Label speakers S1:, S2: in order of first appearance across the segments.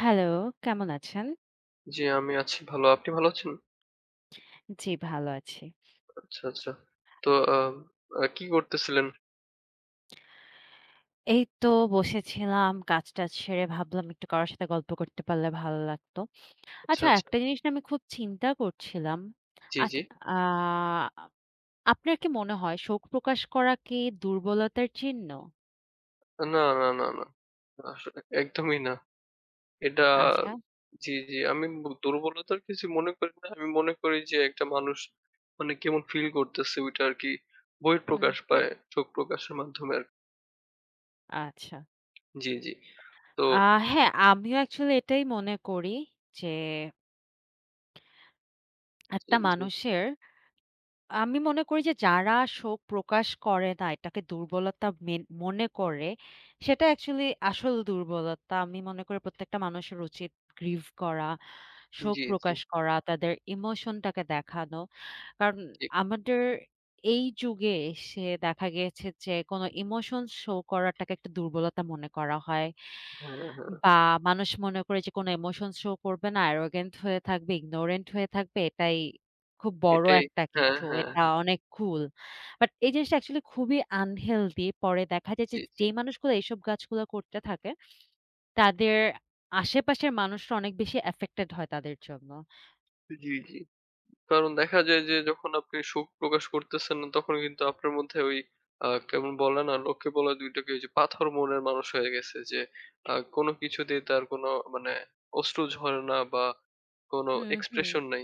S1: Hello, কেমন আছেন?
S2: জি, আমি আছি ভালো। আপনি ভালো আছেন?
S1: জি, ভালো আছি।
S2: আচ্ছা, আচ্ছা। তো আ আ কি করতেছিলেন?
S1: এই তো বসেছিলাম, কাজ-টাজ সেরে ভাবলাম একটু কারো সাথে গল্প করতে পারলে ভালো লাগতো।
S2: আচ্ছা,
S1: আচ্ছা,
S2: আচ্ছা।
S1: একটা জিনিস না আমি খুব চিন্তা করছিলাম।
S2: জি, জি।
S1: আচ্ছা, আ আপনার কি মনে হয় শোক প্রকাশ করা কি দুর্বলতার চিহ্ন?
S2: না, না, না, না। না, আসলে একদমই না। এটা
S1: আচ্ছা,
S2: জি, জি। আমি দুর্বলতার কিছু মনে করি না। আমি মনে করি যে একটা মানুষ মানে কেমন ফিল করতেছে ওইটা আরকি
S1: হুম,
S2: বহিঃপ্রকাশ
S1: হুম,
S2: পায়, চোখ প্রকাশের মাধ্যমে আরকি।
S1: আচ্ছা।
S2: জি, জি। তো
S1: আ হ্যাঁ, আমিও অ্যাকচুয়ালি এটাই মনে করি যে
S2: জি,
S1: একটা
S2: জি,
S1: মানুষের আমি মনে করি যে যারা শোক প্রকাশ করে না, এটাকে দুর্বলতা মনে করে, সেটা অ্যাকচুয়ালি আসল দুর্বলতা। আমি মনে করি প্রত্যেকটা মানুষের উচিত গ্রিভ করা, শোক
S2: জি, জি,
S1: প্রকাশ করা, তাদের ইমোশনটাকে দেখানো। কারণ
S2: ঠিক।
S1: আমাদের এই যুগে এসে দেখা গিয়েছে যে কোনো ইমোশন শো করাটাকে একটা দুর্বলতা মনে করা হয়।
S2: হ্যাঁ, হ্যাঁ।
S1: বা মানুষ মনে করে যে কোনো ইমোশন শো করবে না, arrogant হয়ে থাকবে, ignorant হয়ে থাকবে, এটাই খুব বড়
S2: এটাই
S1: একটা
S2: হ্যাঁ,
S1: কিছু।
S2: হ্যাঁ,
S1: এটা
S2: হ্যাঁ।
S1: অনেক কুল। বাট এই জিনিসটা অ্যাকচুয়ালি খুবই আনহেলদি। পরে দেখা যায় যে
S2: জি, জি।
S1: যেই মানুষগুলো এইসব কাজগুলো করতে থাকে, তাদের আশেপাশের মানুষরা অনেক বেশি অ্যাফেক্টেড হয় তাদের জন্য।
S2: জি, জি। কারণ দেখা যায় যে যখন আপনি সুখ প্রকাশ করতেছেন না তখন কিন্তু আপনার মধ্যে ওই কেমন বলে না? লোকে বলে ২ টাকে ওই যে পাথর মনের মানুষ হয়ে গেছে যে কোনো কিছুতেই তার কোনো মানে অশ্রু ঝরে না বা কোনো
S1: হুম, হুম।
S2: এক্সপ্রেশন নাই।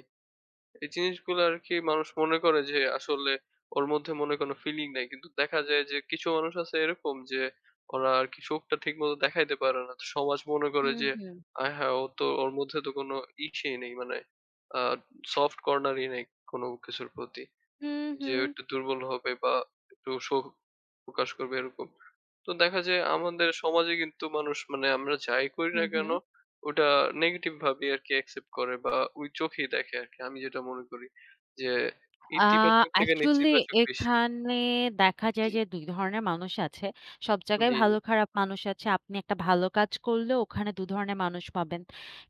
S2: এই জিনিসগুলো আরকি মানুষ মনে করে যে আসলে ওর মধ্যে মনে হয় কোনো ফিলিং নাই। কিন্তু দেখা যায় যে কিছু মানুষ আছে এরকম যে ওরা আরকি শোকটা ঠিকমতো দেখাইতে পারে না। তো সমাজ মনে করে
S1: হুম,
S2: যে
S1: হুম।
S2: আয় হায়! ও তো ওর মধ্যে তো কোনো ইসেই নেই মানে আ সফট কর্নারই নেই কোনো কিছুর প্রতি।
S1: হুম,
S2: যে ও
S1: হুম।
S2: একটু দুর্বল হবে বা একটু শোক প্রকাশ করবে এরকম। তো দেখা যায় আমাদের সমাজে কিন্তু মানুষ মানে আমরা যাই করি
S1: হুম,
S2: না কেন
S1: হুম।
S2: ওটা নেগেটিভ ভাবে আরকি অ্যাকসেপ্ট করে বা ওই চোখেই দেখে আরকি। আমি যেটা মনে করি যে
S1: আ
S2: ইতিবাচক থেকে
S1: অ্যাকচুয়ালি
S2: নেতিবাচক বেশি।
S1: এখানে দেখা
S2: জি,
S1: যায় যে ২ ধরনের মানুষ আছে। সব জায়গায়
S2: জি,
S1: ভালো খারাপ মানুষ আছে। আপনি একটা ভালো কাজ করলেও ওখানে ২ ধরনের মানুষ পাবেন।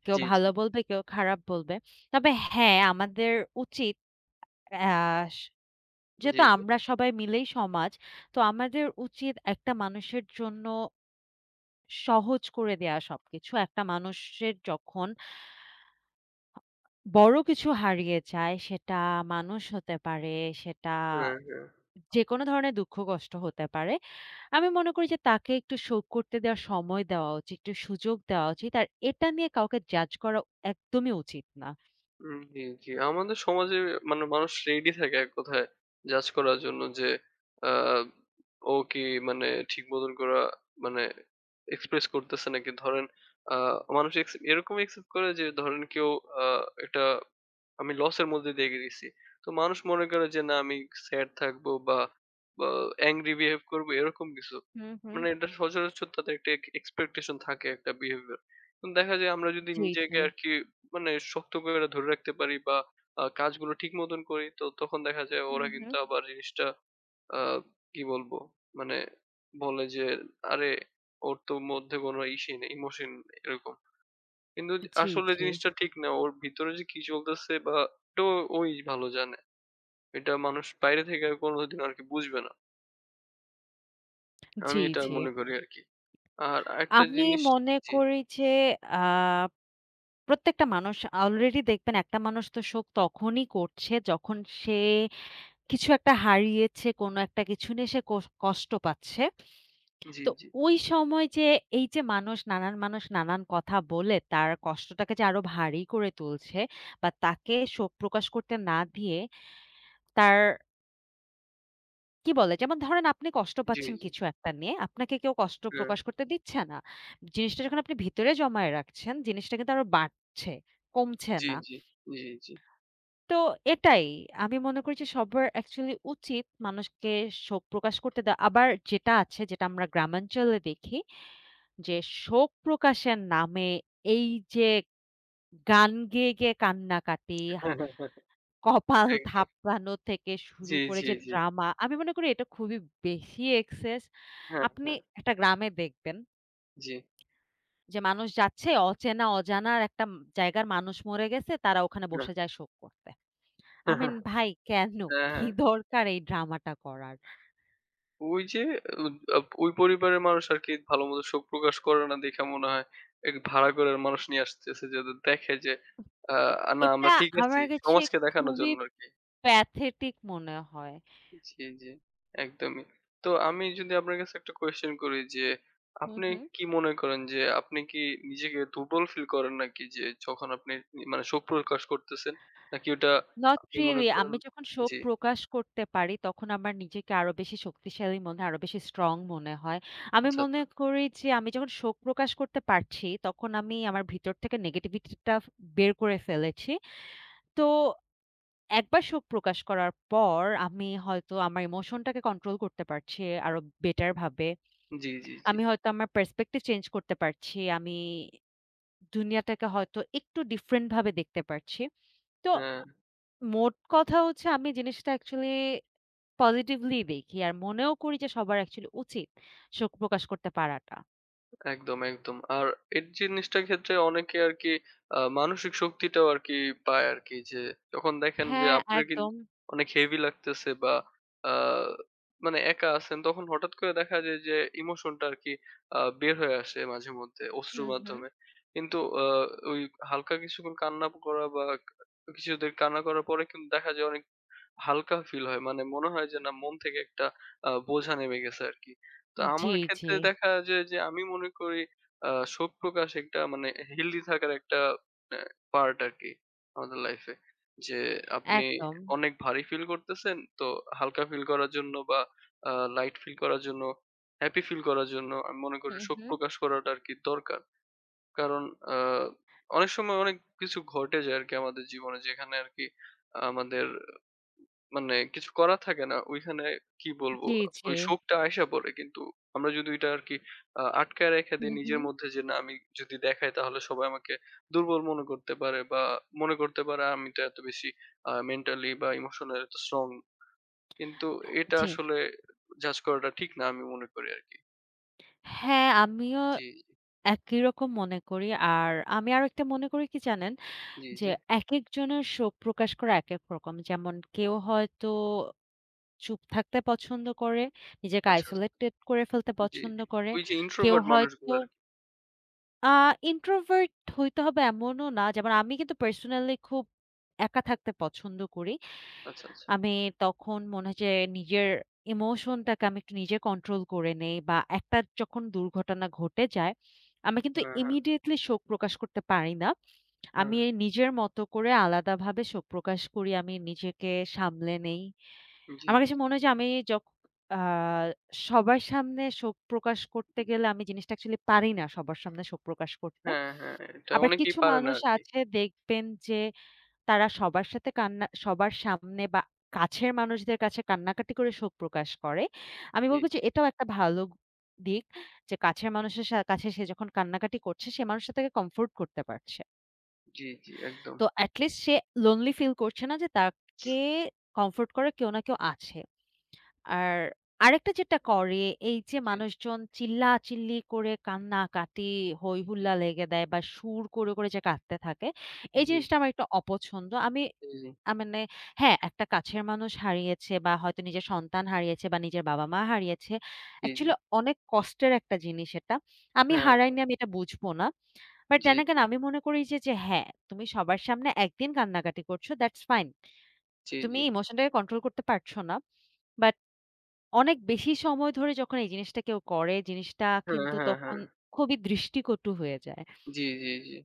S1: কেউ
S2: জি, জি,
S1: ভালো বলবে, কেউ খারাপ বলবে। তবে হ্যাঁ, আমাদের উচিত অ্যা স
S2: জি,
S1: যেহেতু
S2: জি।
S1: আমরা সবাই মিলেই সমাজ, তো আমাদের উচিত একটা মানুষের জন্য সহজ করে দেয়া সবকিছু। একটা মানুষের যখন বড় কিছু হারিয়ে যায়, সেটা মানুষ হতে পারে, সেটা
S2: হ্যাঁ, হ্যাঁ।
S1: যেকোনো ধরনের দুঃখ কষ্ট হতে পারে। আমি মনে করি যে তাকে একটু শোক করতে দেওয়ার সময় দেওয়া উচিত, একটু সুযোগ দেওয়া উচিত। আর এটা নিয়ে কাউকে জাজ করা একদমই উচিত না।
S2: জি, জি। আমাদের সমাজে মানে মানুষ রেডি থাকে এক কথায় জাজ করার জন্য যে আ ও কি মানে ঠিক মতন করা মানে এক্সপ্রেস করতেছে নাকি ধরেন আ মানুষ এরকম একসেপ্ট করে যে ধরেন কেউ আ একটা আমি লসের মধ্যে দিয়ে গেছি। তো মানুষ মনে করে যে না আমি স্যাড থাকবো বা বা অ্যাংরি বিহেভ করবো এরকম কিছু।
S1: হুম, হুম।
S2: মানে এটা সচরাচর তাদের একটা এক্সপেকটেশন থাকে একটা বিহেভিয়ার। কিন্তু দেখা যায় আমরা যদি
S1: জি, জি।
S2: নিজেকে আরকি মানে শক্ত করে ধরে রাখতে পারি বা কাজগুলো ঠিক মতন করি তো তখন দেখা যায় ওরা
S1: হুম,
S2: কিন্তু
S1: হুম।
S2: আবার জিনিসটা আ কি বলবো? মানে বলে যে, "আরে ওর তো মধ্যে কোনো ইসে নেই, ইমোশন" এরকম। কিন্তু
S1: জি,
S2: আসলে
S1: জি।
S2: জিনিসটা ঠিক না। ওর ভিতরে যে কি চলতেছে বা এটা ওই ভালো জানে। এটা মানুষ বাইরে থেকে আর কোনোদিন আরকি বুঝবে না। আমি
S1: জি,
S2: এটা
S1: জি।
S2: মনে করি আরকি। আর আরেকটা
S1: আমি
S2: জিনিস
S1: মনে
S2: জি,
S1: করি যে আ প্রত্যেকটা মানুষ অলরেডি দেখবেন একটা মানুষ তো শোক তখনই করছে যখন সে কিছু একটা হারিয়েছে, কোনো একটা কিছু নিয়ে সে কষ্ট পাচ্ছে।
S2: জি,
S1: তো
S2: জি,
S1: ওই সময় যে এই যে মানুষ নানান মানুষ নানান কথা বলে তার কষ্টটাকে যে আরো ভারী করে তুলছে বা তাকে শোক প্রকাশ করতে না দিয়ে তার কি বলে যেমন ধরেন আপনি কষ্ট
S2: জি,
S1: পাচ্ছেন
S2: জি।
S1: কিছু একটা নিয়ে আপনাকে কেউ কষ্ট
S2: হ্যাঁ।
S1: প্রকাশ করতে দিচ্ছে না। জিনিসটা যখন আপনি ভিতরে জমায়ে রাখছেন জিনিসটা কিন্তু আরো বাড়ছে, কমছে
S2: জি,
S1: না।
S2: জি, জি, জি।
S1: তো এটাই আমি মনে করি যে সবার অ্যাকচুয়ালি উচিত মানুষকে শোক প্রকাশ করতে দেওয়া। আবার যেটা আছে যেটা আমরা গ্রামাঞ্চলে দেখি যে শোক প্রকাশের নামে এই যে গান গেয়ে, গেয়ে কান্নাকাটি, হা কপাল
S2: একদম।
S1: থাপড়ানো থেকে শুরু
S2: জি,
S1: করে
S2: জি,
S1: যে
S2: জি।
S1: ড্রামা, আমি মনে করি এটা খুবই বেশি এক্সেস।
S2: হ্যাঁ,
S1: আপনি
S2: হ্যাঁ।
S1: একটা গ্রামে দেখবেন
S2: জি।
S1: যে মানুষ যাচ্ছে অচেনা অজানার একটা জায়গার মানুষ মরে গেছে, তারা ওখানে
S2: হ্যাঁ,
S1: বসে যায় শোক করতে। I
S2: হ্যাঁ,
S1: mean
S2: হ্যাঁ।
S1: ভাই কেন?
S2: হ্যাঁ,
S1: কি
S2: হ্যাঁ।
S1: দরকার এই ড্রামাটা করার?
S2: ওই যে উ আপ ওই পরিবারের মানুষ আরকি ভালোমতো শোক প্রকাশ করে না দেখে মনে হয় এক ভাড়া ঘরের মানুষ নিয়ে আসতেছে যাতে দেখে যে না আমরা
S1: এটা
S2: ঠিক আছি।
S1: আমার কাছে
S2: সমাজকে দেখানোর
S1: খুবই
S2: জন্য আরকি।
S1: প্যাথেটিক মনে হয়।
S2: জি, জি। একদমই। তো আমি যদি আপনার কাছে একটা কোয়েশ্চেন করি যে
S1: হু,
S2: আপনি
S1: হু।
S2: কি মনে করেন যে আপনি কি নিজেকে দুর্বল ফিল করেন নাকি যে যখন আপনি মানে শোক প্রকাশ করতেছেন? নাকি ওটা
S1: Not
S2: আপনি মনে
S1: really,
S2: করেন
S1: আমি যখন শোক
S2: জি,
S1: প্রকাশ করতে পারি, তখন আমার নিজেকে আরো বেশি শক্তিশালী মনে হয়, আরো বেশি স্ট্রং মনে হয়। আমি
S2: আচ্ছা, আচ্ছা।
S1: মনে করি যে আমি যখন শোক প্রকাশ করতে পারছি, তখন আমি আমার ভিতর থেকে নেগেটিভিটিটা বের করে ফেলেছি। তো একবার শোক প্রকাশ করার পর আমি হয়তো আমার ইমোশনটাকে কন্ট্রোল করতে পারছি আরো বেটার ভাবে।
S2: জি, জি, জি।
S1: আমি হয়তো আমার পার্সপেক্টিভ চেঞ্জ করতে পারছি। আমি দুনিয়াটাকে হয়তো একটু ডিফারেন্ট ভাবে দেখতে পারছি। তো
S2: হ্যাঁ,
S1: মোট কথা হচ্ছে আমি জিনিসটা অ্যাকচুয়ালি পজিটিভলি দেখি। আর মনেও করি যে সবার অ্যাকচুয়ালি উচিত শোক প্রকাশ করতে পারাটা।
S2: একদম, একদম। আর এই জিনিসটার ক্ষেত্রে অনেকে আরকি মানসিক শক্তিটাও আরকি পায় আরকি যে যখন দেখেন যে
S1: হ্যাঁ,
S2: আপনার
S1: একদম।
S2: অনেক হেভি লাগতেছে বা আ মানে একা আছেন তখন হঠাৎ করে দেখা যায় যে ইমোশনটা আরকি বের হয়ে আসে মাঝেমধ্যে অশ্রুর
S1: হুম, হুম।
S2: মাধ্যমে। কিন্তু ওই হালকা কিছুক্ষণ কান্না করা বা কিছুদের কান্না করার পরে কিন্তু দেখা যায় অনেক হালকা ফিল হয়। মানে মনে হয় যে না মন থেকে একটা বোঝা নেমে গেছে আরকি। তো
S1: জি,
S2: আমার
S1: জি।
S2: ক্ষেত্রে দেখা যায় যে আমি মনে করি শোক প্রকাশ একটা মানে হেলথি থাকার একটা অ্যা পার্ট আরকি আমাদের লাইফে। যে আপনি
S1: একদম।
S2: অনেক ভারী ফিল করতেছেন তো হালকা ফিল করার জন্য বা আ লাইট ফিল করার জন্য, হ্যাপি ফিল করার জন্য আমি মনে করি
S1: হুম,
S2: শোক
S1: হুম।
S2: প্রকাশ করাটা আরকি দরকার। কারণ আ অনেক সময় অনেক কিছু ঘটে যায় আরকি আমাদের জীবনে যেখানে আরকি আমাদের মানে কিছু করার থাকে না। ওইখানে কি বলবো?
S1: জি, জি।
S2: ওই শোকটা আইসা পড়ে। কিন্তু আমরা যদি ওইটা আরকি আটকায় রেখে
S1: হুম,
S2: দেই নিজের
S1: হুম।
S2: মধ্যে যে, "না আমি যদি দেখাই তাহলে সবাই আমাকে দুর্বল মনে করতে পারে বা মনে করতে পারে আমি তো এত বেশি মেন্টালি বা ইমোশনাল এত স্ট্রং।" কিন্তু এটা
S1: জি।
S2: আসলে জাজ করাটা ঠিক না আমি মনে করি আরকি।
S1: হ্যাঁ, আমিও
S2: জি,
S1: একই রকম মনে করি। আর আমি আরো একটা মনে করি কি জানেন?
S2: জি, জি,
S1: যে
S2: জি।
S1: একেকজনের শোক প্রকাশ করা একেক রকম। যেমন কেউ হয়তো চুপ থাকতে পছন্দ করে, নিজেকে
S2: আচ্ছা, আচ্ছা।
S1: আইসোলেটেড করে ফেলতে
S2: জি,
S1: পছন্দ
S2: জি।
S1: করে।
S2: ওই যে
S1: কেউ
S2: ইন্ট্রোভার্ট মানুষগুলো
S1: হয়তো
S2: আরকি।
S1: আ ইন্ট্রোভার্ট হইতে হবে এমনও না। যেমন আমি কিন্তু পার্সোনালি খুব একা থাকতে পছন্দ করি।
S2: আচ্ছা, আচ্ছা।
S1: আমি তখন মনে হয় যে নিজের ইমোশনটাকে আমি একটু নিজে কন্ট্রোল করে নেই, বা একটা যখন দুর্ঘটনা ঘটে যায়, আমি কিন্তু
S2: হ্যাঁ, হ্যাঁ,
S1: ইমিডিয়েটলি শোক প্রকাশ করতে পারি না।
S2: হ্যাঁ।
S1: আমি নিজের মতো করে আলাদাভাবে শোক প্রকাশ করি। আমি নিজেকে সামলে নেই।
S2: জি,
S1: আমার কাছে মনে হয় যে আমি যখ আ সবার সামনে শোক প্রকাশ করতে গেলে আমি জিনিসটা অ্যাকচুয়ালি পারি না সবার সামনে শোক প্রকাশ করতে।
S2: হ্যাঁ, হ্যাঁ। এটা
S1: আবার
S2: অনেকেই
S1: কিছু
S2: পারে না
S1: মানুষ
S2: আরকি।
S1: আছে দেখবেন যে তারা সবার সাথে কান্না সবার সামনে বা কাছের মানুষদের কাছে কান্নাকাটি করে শোক প্রকাশ করে। আমি বলব যে
S2: জি।
S1: এটাও একটা ভালো দিক যে কাছের মানুষের কাছে সে যখন কান্নাকাটি করছে সে মানুষটা তাকে কমফোর্ট করতে পারছে।
S2: জি, জি, একদম।
S1: তো এট লিস্ট সে লোনলি ফিল করছে না, যে তাকে কমফোর্ট করার কেউ না কেউ আছে। আর আরেকটা যেটা করে এই যে
S2: জি,
S1: মানুষজন চিল্লাচিল্লি করে কান্নাকাটি
S2: জি,
S1: হইহুল্লা
S2: জি,
S1: লেগে দেয় বা সুর করে, করে যে কাঁদতে থাকে, এই
S2: জি,
S1: জিনিসটা আমার একটু অপছন্দ। আমি
S2: জি, জি,
S1: মানে হ্যাঁ, একটা কাছের মানুষ হারিয়েছে বা হয়তো নিজের সন্তান হারিয়েছে বা নিজের বাবা-মা হারিয়েছে।
S2: জি, জি,
S1: অ্যাকচুয়ালি অনেক কষ্টের একটা জিনিস এটা। আমি
S2: হ্যাঁ,
S1: হারাইনি, আমি এটা বুঝবো না। বাট
S2: জি,
S1: then
S2: জি,
S1: again আমি মনে করি যে, যে হ্যাঁ, তুমি সবার সামনে একদিন কান্নাকাটি করছো, that's fine.
S2: জি,
S1: তুমি
S2: জি,
S1: ইমোশনটাকে কন্ট্রোল করতে পারছো না। বাট অনেক বেশি সময় ধরে যখন এই জিনিসটা কেউ করে, জিনিসটা
S2: হ্যাঁ,
S1: কিন্তু
S2: হ্যাঁ,
S1: তখন
S2: হ্যাঁ,
S1: খুবই দৃষ্টিকটু হয়ে যায়।
S2: জি, জি, জি।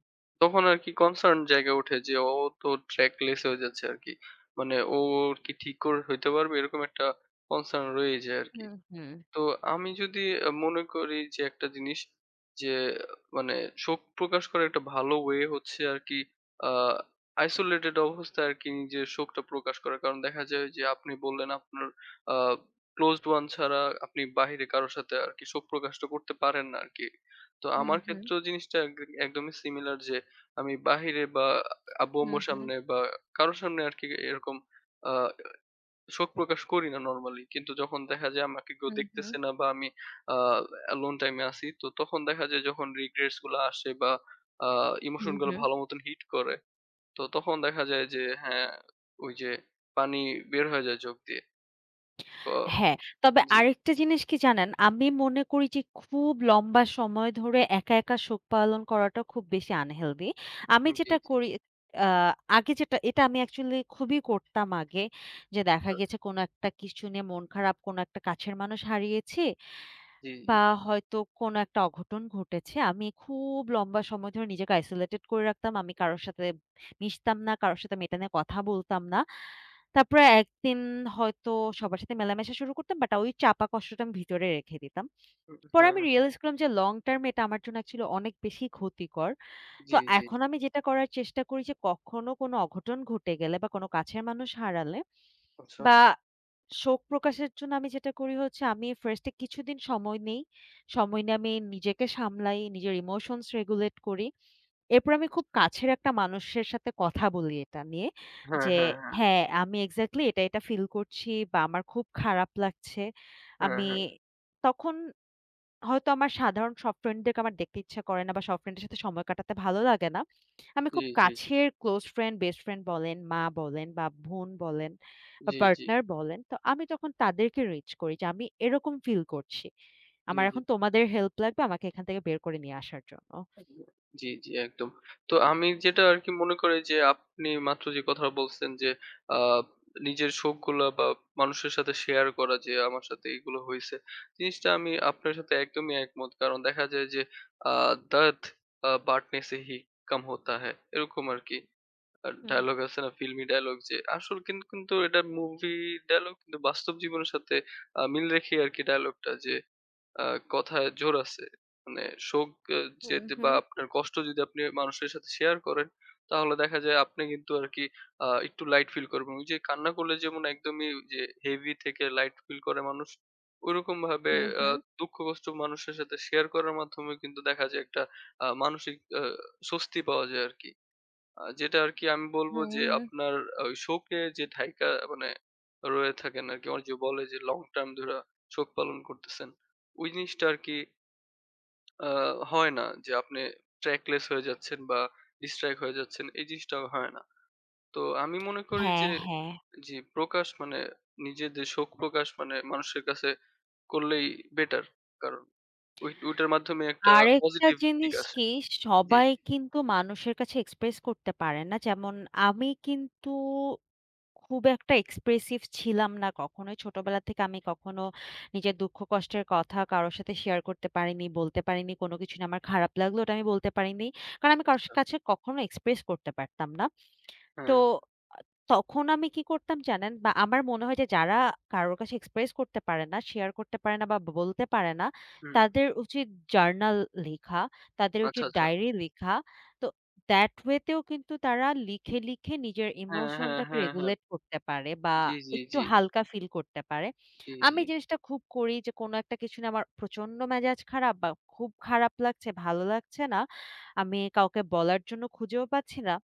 S2: তখন আরকি concern জায়গায় ওঠে যে ও তো trackless হয়ে যাচ্ছে আরকি। মানে ও কি ঠিক করে হইতে পারবে এরকম একটা concern রয়েই যায় আরকি।
S1: হুম, হুম।
S2: তো আমি যদি মনে করি যে একটা জিনিস যে মানে শোক প্রকাশ করার একটা ভালো ওয়ে হচ্ছে আর কি আইসোলেটেড অবস্থায় আর কি নিজের শোকটা প্রকাশ করার কারণ দেখা যায় যে আপনি বললেন আপনার ক্লোজড ওয়ান ছাড়া আপনি বাইরে কারোর সাথে আর কি শোক প্রকাশটা করতে পারেন না আর কি তো
S1: হুম,
S2: আমার
S1: হুম।
S2: ক্ষেত্রেও জিনিসটা একদমই সিমিলার যে আমি বাহিরে বা আব্বু
S1: হুম,
S2: আম্মুর
S1: হুম।
S2: সামনে বা কারোর সামনে আর কি এরকম শোক প্রকাশ করি না নরমালি। কিন্তু যখন দেখা যায় আমাকে কেউ
S1: হুম, হুম।
S2: দেখতেছে না বা আমি আ alone time এ আছি। তো তখন দেখা যায় যখন regrets গুলা আসে বা আ ইমোশন
S1: হুম,
S2: গুলো
S1: হুম।
S2: ভালো মতন হিট করে। তো তখন দেখা যায় যে হ্যাঁ, ওই যে পানি বের হয়ে যায় চোখ দিয়ে। ক
S1: হ্যাঁ, তবে
S2: জি,
S1: আরেকটা জিনিস কি জানেন? আমি মনে করি যে খুব লম্বা সময় ধরে একা, একা শোক পালন করাটা খুব বেশি আনহেলদি। আমি
S2: জি,
S1: যেটা
S2: জি।
S1: করি, আ আগে যেটা, এটা আমি অ্যাকচুয়ালি খুবই করতাম আগে। যে দেখা
S2: আচ্ছা।
S1: গেছে কোনো একটা কিছু নিয়ে মন খারাপ, কোনো একটা কাছের মানুষ হারিয়েছি।
S2: জি, জি।
S1: বা হয়তো কোনো একটা অঘটন ঘটেছে। আমি খুব লম্বা সময় ধরে নিজেকে আইসোলেটেড করে রাখতাম। আমি কারো সাথে মিশতাম না, কারো সাথে এটা নিয়ে কথা বলতাম না। তারপরে একদিন হয়তো সবার সাথে মেলামেশা শুরু করতাম, বাট ওই চাপা কষ্টটা আমি ভিতরে রেখে দিতাম।
S2: হু,
S1: পরে
S2: হ্যাঁ।
S1: আমি রিয়ালাইজ করলাম যে লং টার্ম এটা আমার জন্য অ্যাকচুয়ালি অনেক বেশি ক্ষতিকর। তো
S2: জি, জি,
S1: এখন
S2: জি।
S1: আমি যেটা করার চেষ্টা করি যে কখনো কোনো অঘটন ঘটে গেলে বা কোনো কাছের মানুষ হারালে
S2: আচ্ছা।
S1: বা শোক প্রকাশের জন্য আমি যেটা করি হচ্ছে আমি ফার্স্ট এ কিছুদিন সময় নেই। সময় নিয়ে আমি নিজেকে সামলাই, নিজের ইমোশনস রেগুলেট করি। এরপর আমি খুব কাছের একটা মানুষের সাথে কথা বলি এটা নিয়ে।
S2: হ্যাঁ,
S1: যে
S2: হ্যাঁ, হ্যাঁ।
S1: হ্যাঁ, আমি এক্সাক্টলি এটা, এটা ফিল করছি বা আমার খুব খারাপ লাগছে।
S2: হ্যাঁ,
S1: আমি
S2: হ্যাঁ।
S1: তখন হয়তো আমার সাধারণ সব ফ্রেন্ডদেরকে আমার দেখতে ইচ্ছা করে না বা সব ফ্রেন্ডের সাথে সময় কাটাতে ভালো লাগে না। আমি
S2: জি,
S1: খুব
S2: জি, জি।
S1: কাছের ক্লোজ ফ্রেন্ড, বেস্ট ফ্রেন্ড বলেন, মা বলেন বা বোন বলেন বা
S2: জি, জি।
S1: পার্টনার বলেন। তো আমি তখন তাদেরকে রিচ করি যে আমি এরকম ফিল করছি।
S2: জি,
S1: আমার
S2: জি।
S1: এখন তোমাদের হেল্প লাগবে আমাকে এখান থেকে বের করে নিয়ে আসার জন্য।
S2: জি, জি, একদম। তো আমি যেটা আরকি মনে করি যে আপনি মাত্র যে কথাটা বলছেন যে আ নিজের শখগুলা বা মানুষের সাথে শেয়ার করা যে আমার সাথে এগুলো হইছে। জিনিসটা আমি আপনার সাথে একদমই একমত। কারণ দেখা যায় যে আ "दर्द बाँटने से ही कम होता है" এরকম আরকি
S1: হুম,
S2: ডায়ালগ আছে না ফিল্মি ডায়ালগ যে আসল কিন্তু এটা মুভি ডায়ালগ কিন্তু বাস্তব জীবনের সাথে মিল রেখেই আরকি ডায়ালগটা যে আ কথায় জোর আছে। মানে শোক আ
S1: হুম,
S2: যেতে বা
S1: হুম,
S2: আপনার কষ্ট যদি আপনি মানুষের সাথে শেয়ার করেন, তাহলে দেখা যায় আপনি কিন্তু আরকি একটু লাইট ফিল করবেন। ওই যে কান্না করলে যেমন একদমই যে হেভি থেকে লাইট ফিল করে মানুষ, ওইরকমভাবে
S1: হুম,
S2: আ
S1: হুম,
S2: দুঃখ কষ্ট মানুষের সাথে শেয়ার করার মাধ্যমে কিন্তু দেখা যায় একটা মানসিক স্বস্তি পাওয়া যায় আরকি। যেটা আরকি আমি বলব
S1: হুম,
S2: যে
S1: হুম।
S2: আপনার ওই শোকে যে ঠাইকা মানে রয়ে থাকেন আরকি। ওরা যে বলে যে লং টার্ম ধইরা শোক পালন করতেছেন। ওই জিনিসটা আরকি আ হয় না যে আপনি ট্র্যাকলেস হয়ে যাচ্ছেন বা ডিস্ট্রাক্ট হয়ে যাচ্ছেন। এই জিনিসটা হয় না। তো আমি মনে করি
S1: হ্যাঁ,
S2: যে
S1: হ্যাঁ।
S2: জি প্রকাশ মানে নিজের যে শোক প্রকাশ মানে মানুষের কাছে করলেই বেটার। কারণ ওইটার মাধ্যমে একটা
S1: আরেকটা
S2: পজিটিভ দিক
S1: জিনিস
S2: আসে।
S1: কি,
S2: জি,
S1: সবাই
S2: জি।
S1: কিন্তু মানুষের কাছে এক্সপ্রেস করতে পারে না। যেমন আমি কিন্তু খুব একটা এক্সপ্রেসিভ ছিলাম না কখনোই। ছোটবেলা থেকে আমি কখনো নিজের দুঃখ কষ্টের কথা কারো সাথে শেয়ার করতে পারিনি, বলতে পারিনি। কোনো কিছু নিয়ে আমার খারাপ লাগলো ওটা আমি বলতে পারিনি। কারণ আমি কারো কাছে কখনো এক্সপ্রেস করতে পারতাম না। তো
S2: হ্যাঁ,
S1: আ তখন আমি কি করতাম জানেন? বা আমার মনে হয় যে যারা কারোর কাছে এক্সপ্রেস করতে পারে না, শেয়ার করতে পারে না বা বলতে পারে না,
S2: হুম।
S1: তাদের উচিত জার্নাল লেখা, তাদের
S2: আচ্ছা,
S1: উচিত
S2: আচ্ছা।
S1: ডায়েরি লেখা। তো that way তেও কিন্তু তারা লিখে, লিখে নিজের
S2: হ্যাঁ, হ্যাঁ,
S1: ইমোশনটাকে
S2: হ্যাঁ, হ্যাঁ।
S1: রেগুলেট করতে পারে বা
S2: জি, জি,
S1: একটু
S2: জি,
S1: হালকা ফিল করতে পারে।
S2: জি, জি।
S1: আমি জিনিসটা খুব করি যে কোনো একটা কিছু নিয়ে আমার প্রচন্ড মেজাজ খারাপ বা খুব খারাপ লাগছে, ভালো লাগছে না। আমি কাউকে বলার জন্য খুঁজেও পাচ্ছি না।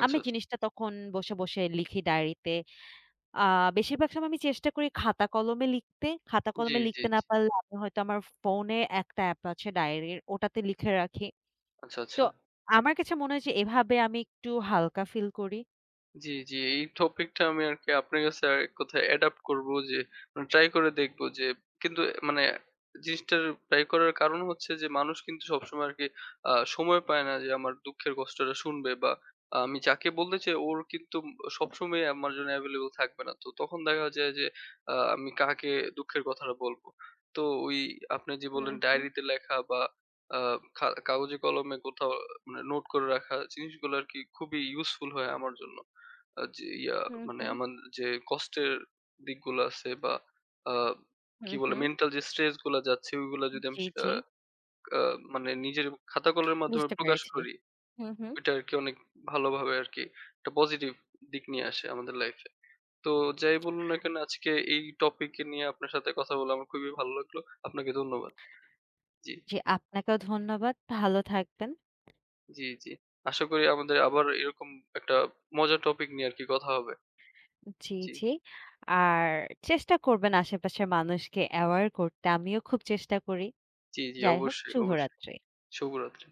S2: আচ্ছা,
S1: আমি
S2: আচ্ছা।
S1: জিনিসটা তখন বসে, বসে লিখি ডায়েরিতে। আ বেশিরভাগ সময় আমি চেষ্টা করি খাতা কলমে লিখতে। খাতা
S2: জি,
S1: কলমে
S2: জি,
S1: লিখতে না
S2: জি।
S1: পারলে আমি হয়তো আমার ফোনে একটা অ্যাপ আছে ডায়েরির, ওটাতে লিখে রাখি।
S2: আচ্ছা,
S1: তো
S2: আচ্ছা।
S1: আমার কাছে মনে হয় যে এভাবে আমি একটু হালকা ফিল করি।
S2: জি, জি। এই টপিকটা আমি আরকি আপনার কাছে এক কথায় অ্যাডাপ্ট করব যে মানে ট্রাই করে দেখব যে কিন্তু মানে জিনিসটার ট্রাই করার কারণ হচ্ছে যে মানুষ কিন্তু সবসময় আরকি সময় পায় না যে আমার দুঃখের কষ্টটা শুনবে বা আমি যাকে বলতে চাই ওর কিন্তু সবসময় আমার জন্য available থাকবে না। তো তখন দেখা যায় যে আমি কাকে দুঃখের কথাটা বলবো। তো ওই আপনি যে বললেন
S1: হুম, হুম,
S2: ডায়েরিতে লেখা বা আ কাগজে কলমে কোথাও মানে নোট করে রাখা জিনিসগুলো আরকি খুবই ইউজফুল হয় আমার জন্য। যে
S1: হুম,
S2: মানে
S1: হুম,
S2: আমার যে কষ্টের দিকগুলো আছে বা আ কি
S1: হুম,
S2: বলে
S1: হুম।
S2: মেন্টাল যে স্ট্রেস গুলা যাচ্ছে ওইগুলা যদি আমি
S1: জি,
S2: আ
S1: জি।
S2: আ মানে নিজের খাতা কলমের মাধ্যমে
S1: বুঝতে
S2: প্রকাশ
S1: পেরেছি।
S2: করি,
S1: হুম, হুম।
S2: ওইটা আরকি অনেক ভালোভাবে আরকি একটা পজিটিভ দিক নিয়ে আসে আমাদের লাইফে। তো যাই বলুন না কেন আজকে এই টপিক নিয়ে আপনার সাথে কথা বলে আমার খুবই ভালো লাগলো। আপনাকে ধন্যবাদ। জি,
S1: জি, আপনাকেও ধন্যবাদ। ভালো থাকবেন।
S2: জি, জি। আশা করি আমাদের আবার এরকম একটা মজার টপিক নিয়ে আরকি কথা হবে।
S1: জি,
S2: জি,
S1: জি। আর চেষ্টা করবেন আশেপাশের মানুষকে অ্যাওয়ার করতে। আমিও খুব চেষ্টা করি।
S2: জি, জি
S1: যাই হোক,
S2: অবশ্যই, অবশ্যই।
S1: শুভরাত্রি।
S2: শুভরাত্রি।